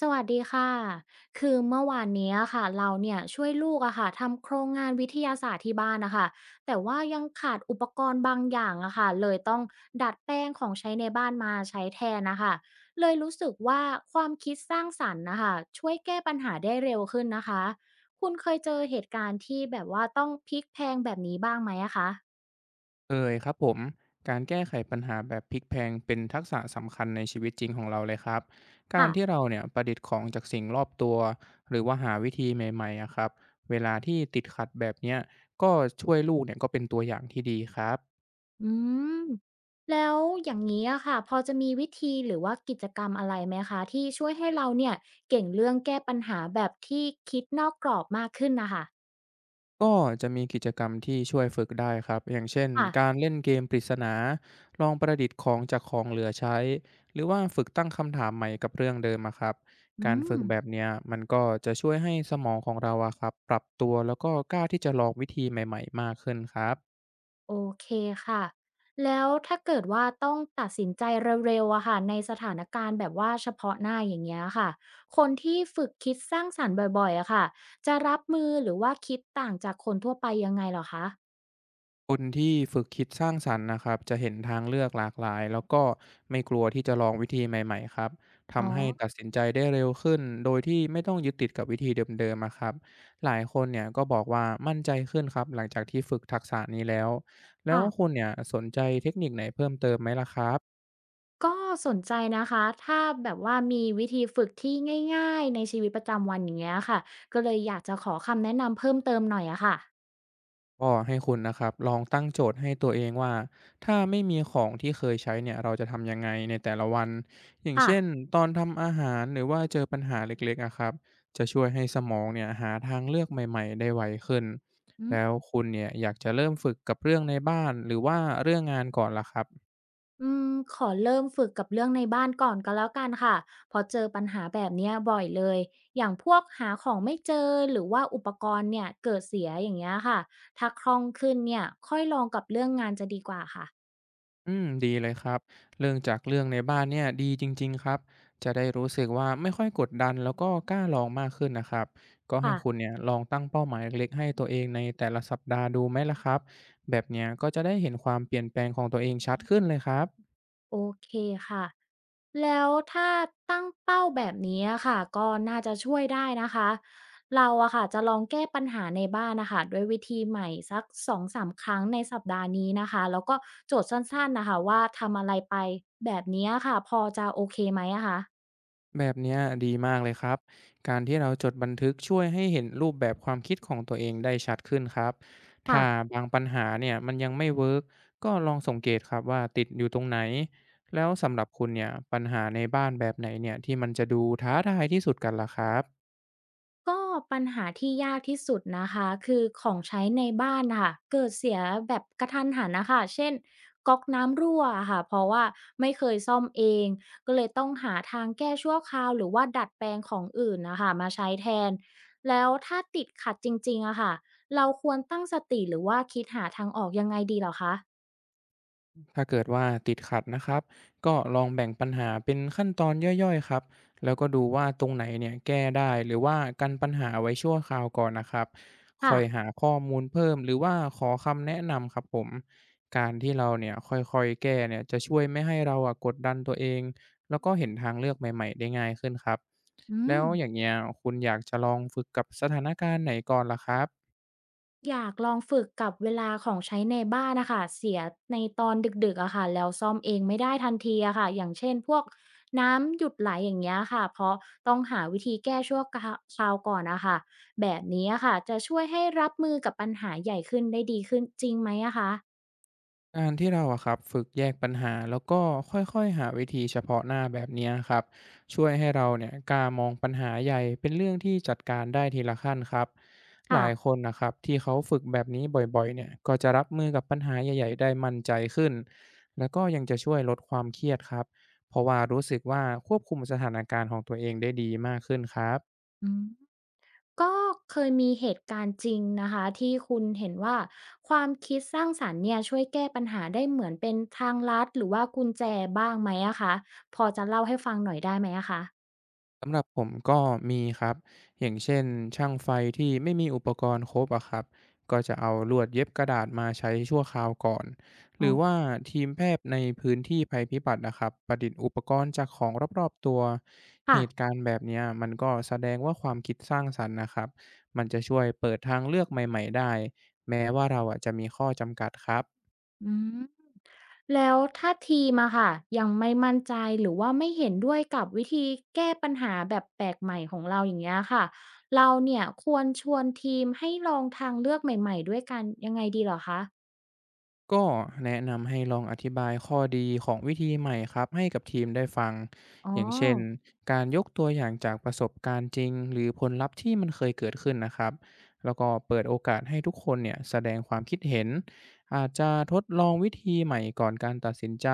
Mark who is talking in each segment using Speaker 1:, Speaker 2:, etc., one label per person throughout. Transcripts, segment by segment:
Speaker 1: สวัสดีค่ะ คือเมื่อวานเนี้ยค่ะเราเนี่ยช่วยลูกอะค่ะทำโครงงานวิทยาศาสตร์ที่บ้านนะคะแต่ว่ายังขาดอุปกรณ์บางอย่างอะค่ะเลยต้องดัดแปลงของใช้ในบ้านมาใช้แทนนะคะเลยรู้สึกว่าความคิดสร้างสรรค์นะคะช่วยแก้ปัญหาได้เร็วขึ้นนะคะคุณเคยเจอเหตุการณ์ที่แบบว่าต้องพลิกแพลงแบบนี้บ้างไหมอะคะ
Speaker 2: เคยครับผมการแก้ไขปัญหาแบบพลิกแพลงเป็นทักษะสำคัญในชีวิตจริงของเราเลยครับกา
Speaker 1: ค่ะ
Speaker 2: รที่เราเนี่ยประดิษฐ์ของจากสิ่งรอบตัวหรือว่าหาวิธีใหม่ๆอะครับเวลาที่ติดขัดแบบเนี้ยก็ช่วยลูกเนี่ยก็เป็นตัวอย่างที่ดีครับ
Speaker 1: อืมแล้วอย่างนี้อะค่ะพอจะมีวิธีหรือว่ากิจกรรมอะไรไหมคะที่ช่วยให้เราเนี่ยเก่งเรื่องแก้ปัญหาแบบที่คิดนอกกรอบมากขึ้นนะคะ
Speaker 2: ก็จะมีกิจกรรมที่ช่วยฝึกได้ครับอย่างเช่น
Speaker 1: ค่ะ
Speaker 2: การเล่นเกมปริศนาลองประดิษฐ์ของจากของเหลือใช้หรือว่าฝึกตั้งคำถามใหม่กับเรื่องเดิมอะครับ
Speaker 1: อื
Speaker 2: การ
Speaker 1: ม
Speaker 2: ฝึกแบบเนี้ยมันก็จะช่วยให้สมองของเราอะครับปรับตัวแล้วก็กล้าที่จะลองวิธีใหม่ๆมากขึ้นครับ
Speaker 1: โอเคค่ะแล้วถ้าเกิดว่าต้องตัดสินใจเร็วๆอะค่ะในสถานการณ์แบบว่าเฉพาะหน้าอย่างเงี้ยค่ะคนที่ฝึกคิดสร้างสรรค์บ่อยๆอะค่ะจะรับมือหรือว่าคิดต่างจากคนทั่วไปยังไงเหรอคะ
Speaker 2: คนที่ฝึกคิดสร้างสรรค์นะครับจะเห็นทางเลือกหลากหลายแล้วก็ไม่กลัวที่จะลองวิธีใหม่ๆครับ
Speaker 1: อ๋
Speaker 2: ทำให้
Speaker 1: อ
Speaker 2: ตัดสินใจได้เร็วขึ้นโดยที่ไม่ต้องยึดติดกับวิธีเดิมๆอะครับหลายคนเนี่ยก็บอกว่ามั่นใจขึ้นครับหลังจากที่ฝึกทักษะนี้แล้วแล้วคุ
Speaker 1: ค่ะ
Speaker 2: ณเนี่ยสนใจเทคนิคไหนเพิ่มเติมไหมล่ะครับ
Speaker 1: ก็สนใจนะคะถ้าแบบว่ามีวิธีฝึกที่ง่ายๆในชีวิตประจำวันอย่างเงี้ยค่ะก็เลยอยากจะขอคำแนะนำเพิ่มเติมหน่อยอะค่ะ
Speaker 2: ก็ให้คุณนะครับลองตั้งโจทย์ให้ตัวเองว่าถ้าไม่มีของที่เคยใช้เนี่ยเราจะทำยังไงในแต่ละวันอย่าง
Speaker 1: ค่ะ
Speaker 2: เช่นตอนทำอาหารหรือว่าเจอปัญหาเล็กๆอะครับจะช่วยให้สมองเนี่ยหาทางเลือกใหม่ๆได้ไวขึ้น
Speaker 1: อืม
Speaker 2: แล้วคุณเนี่ยอยากจะเริ่มฝึกกับเรื่องในบ้านหรือว่าเรื่องงานก่อนล่ะครับ
Speaker 1: อืมขอเริ่มฝึกกับเรื่องในบ้านก่อนก็แล้วกันค่ะเพอเจอปัญหาแบบเนี้ยบ่อยเลยอย่างพวกหาของไม่เจอหรือว่าอุปกรณ์เนี่ยเกิดเสียอย่างเงี้ยค่ะถ้าคล่องขึ้นเนี่ยค่อยลองกับเรื่องงานจะดีกว่าค่ะ
Speaker 2: อืมดีเลยครับเรื่องจากเรื่องในบ้านเนี่ยดีจริงๆครับจะได้รู้สึกว่าไม่ค่อยกดดันแล้วก็กล้าลองมากขึ้นนะครับก็ให้
Speaker 1: ค่ะ
Speaker 2: คุณเนี่ยลองตั้งเป้าหมายเล็กๆให้ตัวเองในแต่ละสัปดาห์ดูไหมล่ะครับแบบเนี้ยก็จะได้เห็นความเปลี่ยนแปลงของตัวเองชัดขึ้นเลยครับ
Speaker 1: โอเคค่ะ แล้วถ้าตั้งเป้าแบบนี้อะค่ะก็น่าจะช่วยได้นะคะ เราอะค่ะจะลองแก้ปัญหาในบ้านนะคะด้วยวิธีใหม่สักสองสามครั้งในสัปดาห์นี้นะคะ แล้วก็โจทย์สั้นๆนะคะว่าทำอะไรไปแบบนี้อะค่ะพอจะโอเคไหมอะคะ
Speaker 2: แบบเนี้ยดีมากเลยครับ การที่เราจดบันทึกช่วยให้เห็นรูปแบบความคิดของตัวเองได้ชัดขึ้นครับ
Speaker 1: ค่ะ
Speaker 2: ถ้าบางปัญหาเนี่ยมันยังไม่เวิร์กก็ลองสังเกตครับว่าติดอยู่ตรงไหน แล้วสำหรับคุณเนี่ยปัญหาในบ้านแบบไหนเนี่ยที่มันจะดูท้าทายที่สุดกันล่ะครับ
Speaker 1: ก็ปัญหาที่ยากที่สุดนะคะคือของใช้ในบ้านค่ะเกิดเสียแบบกระทันหันนะคะเช่นก๊อกน้ำรั่วค่ะเพราะว่าไม่เคยซ่อมเองก็เลยต้องหาทางแก้ชั่วคราวหรือว่าดัดแปลงของอื่นนะคะมาใช้แทนแล้วถ้าติดขัดจริงๆอะค่ะเราควรตั้งสติหรือว่าคิดหาทางออกยังไงดีเหรอคะ
Speaker 2: ถ้าเกิดว่าติดขัดนะครับก็ลองแบ่งปัญหาเป็นขั้นตอนย่อยๆครับแล้วก็ดูว่าตรงไหนเนี่ยแก้ได้หรือว่ากันปัญหาไว้ชั่วคราวก่อนนะครับค
Speaker 1: ค่ะ
Speaker 2: อยหาข้อมูลเพิ่มหรือว่าขอคำแนะนำครับผมการที่เราเนี่ยค่อยๆแก้เนี่ยจะช่วยไม่ให้เราอะกดดันตัวเองแล้วก็เห็นทางเลือกใหม่ๆได้ง่ายขึ้นครับ
Speaker 1: อื
Speaker 2: แล้
Speaker 1: ม
Speaker 2: วอย่างเงี้ยคุณอยากจะลองฝึกกับสถานการณ์ไหนก่อนล่ะครับ
Speaker 1: อยากลองฝึกกับเวลาของใช้ในบ้านนะคะเสียในตอนดึกๆอะค่ะแล้วซ่อมเองไม่ได้ทันทีอะค่ะอย่างเช่นพวกน้ำหยุดไหลอย่างเงี้ยค่ะเพราะต้องหาวิธีแก้ชั่วคราวก่อนนะคะแบบนี้อะค่ะจะช่วยให้รับมือกับปัญหาใหญ่ขึ้นได้ดีขึ้นจริงไหมอะคะ
Speaker 2: การที่เราอะครับฝึกแยกปัญหาแล้วก็ค่อยๆหาวิธีเฉพาะหน้าแบบเนี้ยครับช่วยให้เราเนี่ยกล้ามองปัญหาใหญ่เป็นเรื่องที่จัดการได้ทีละขั้นครับห
Speaker 1: ค่ะ
Speaker 2: ลายคนนะครับที่เขาฝึกแบบนี้บ่อยๆเนี่ยก็จะรับมือกับปัญหาใหญ่ๆได้มั่นใจขึ้นแล้วก็ยังจะช่วยลดความเครียดครับเพราะว่ารู้สึกว่าควบคุมสถานการณ์ของตัวเองได้ดีมากขึ้นครับ
Speaker 1: อืม ก็เคยมีเหตุการณ์จริงนะคะที่คุณเห็นว่าความคิดสร้างสรรค์เนี่ยช่วยแก้ปัญหาได้เหมือนเป็นทางลัดหรือว่ากุญแจบ้างไหมอะคะพอจะเล่าให้ฟังหน่อยได้ไหมอะคะ
Speaker 2: สำหรับผมก็มีครับอย่างเช่นช่างไฟที่ไม่มีอุปกรณ์ครบอะครับก็จะเอาลวดเย็บกระดาษมาใช้ชั่วคราวก่อน ห
Speaker 1: อ๋อ
Speaker 2: รือว่าทีมแพทย์ในพื้นที่ภัยพิบัตินะครับประดิษฐ์อุปกรณ์จากของรอบๆตัว เห
Speaker 1: ค่ะ
Speaker 2: ตุการณ์แบบเนี้ยมันก็แสดงว่าความคิดสร้างสรรค์นะครับ มันจะช่วยเปิดทางเลือกใหม่ๆได้ แม้ว่าเราอะจะมีข้อจำกัดครับ
Speaker 1: อืมแล้วถ้าทีมอะค่ะยังไม่มั่นใจหรือว่าไม่เห็นด้วยกับวิธีแก้ปัญหาแบบแปลกใหม่ของเราอย่างเงี้ยค่ะเราเนี่ยควรชวนทีมให้ลองทางเลือกใหม่ๆด้วยกันยังไงดีเหรอคะ
Speaker 2: ก็แนะนำให้ลองอธิบายข้อดีของวิธีใหม่ครับให้กับทีมได้ฟัง
Speaker 1: อ๋อ
Speaker 2: อย่างเช่นการยกตัวอย่างจากประสบการณ์จริงหรือผลลัพธ์ที่มันเคยเกิดขึ้นนะครับแล้วก็เปิดโอกาสให้ทุกคนเนี่ยแสดงความคิดเห็นอาจจะทดลองวิธีใหม่ก่อนการตัดสินใจ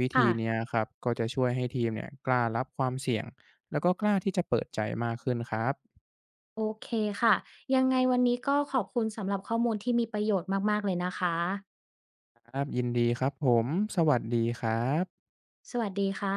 Speaker 2: วิธี
Speaker 1: ค่ะ
Speaker 2: เนี้ยครับก็จะช่วยให้ทีมเนี่ยกล้ารับความเสี่ยงแล้วก็กล้าที่จะเปิดใจมากขึ้นครับ
Speaker 1: โอเคค่ะยังไงวันนี้ก็ขอบคุณสำหรับข้อมูลที่มีประโยชน์มากๆเลยนะคะ
Speaker 2: ครับยินดีครับผมสวัสดีครับ
Speaker 1: สวัสดีค่ะ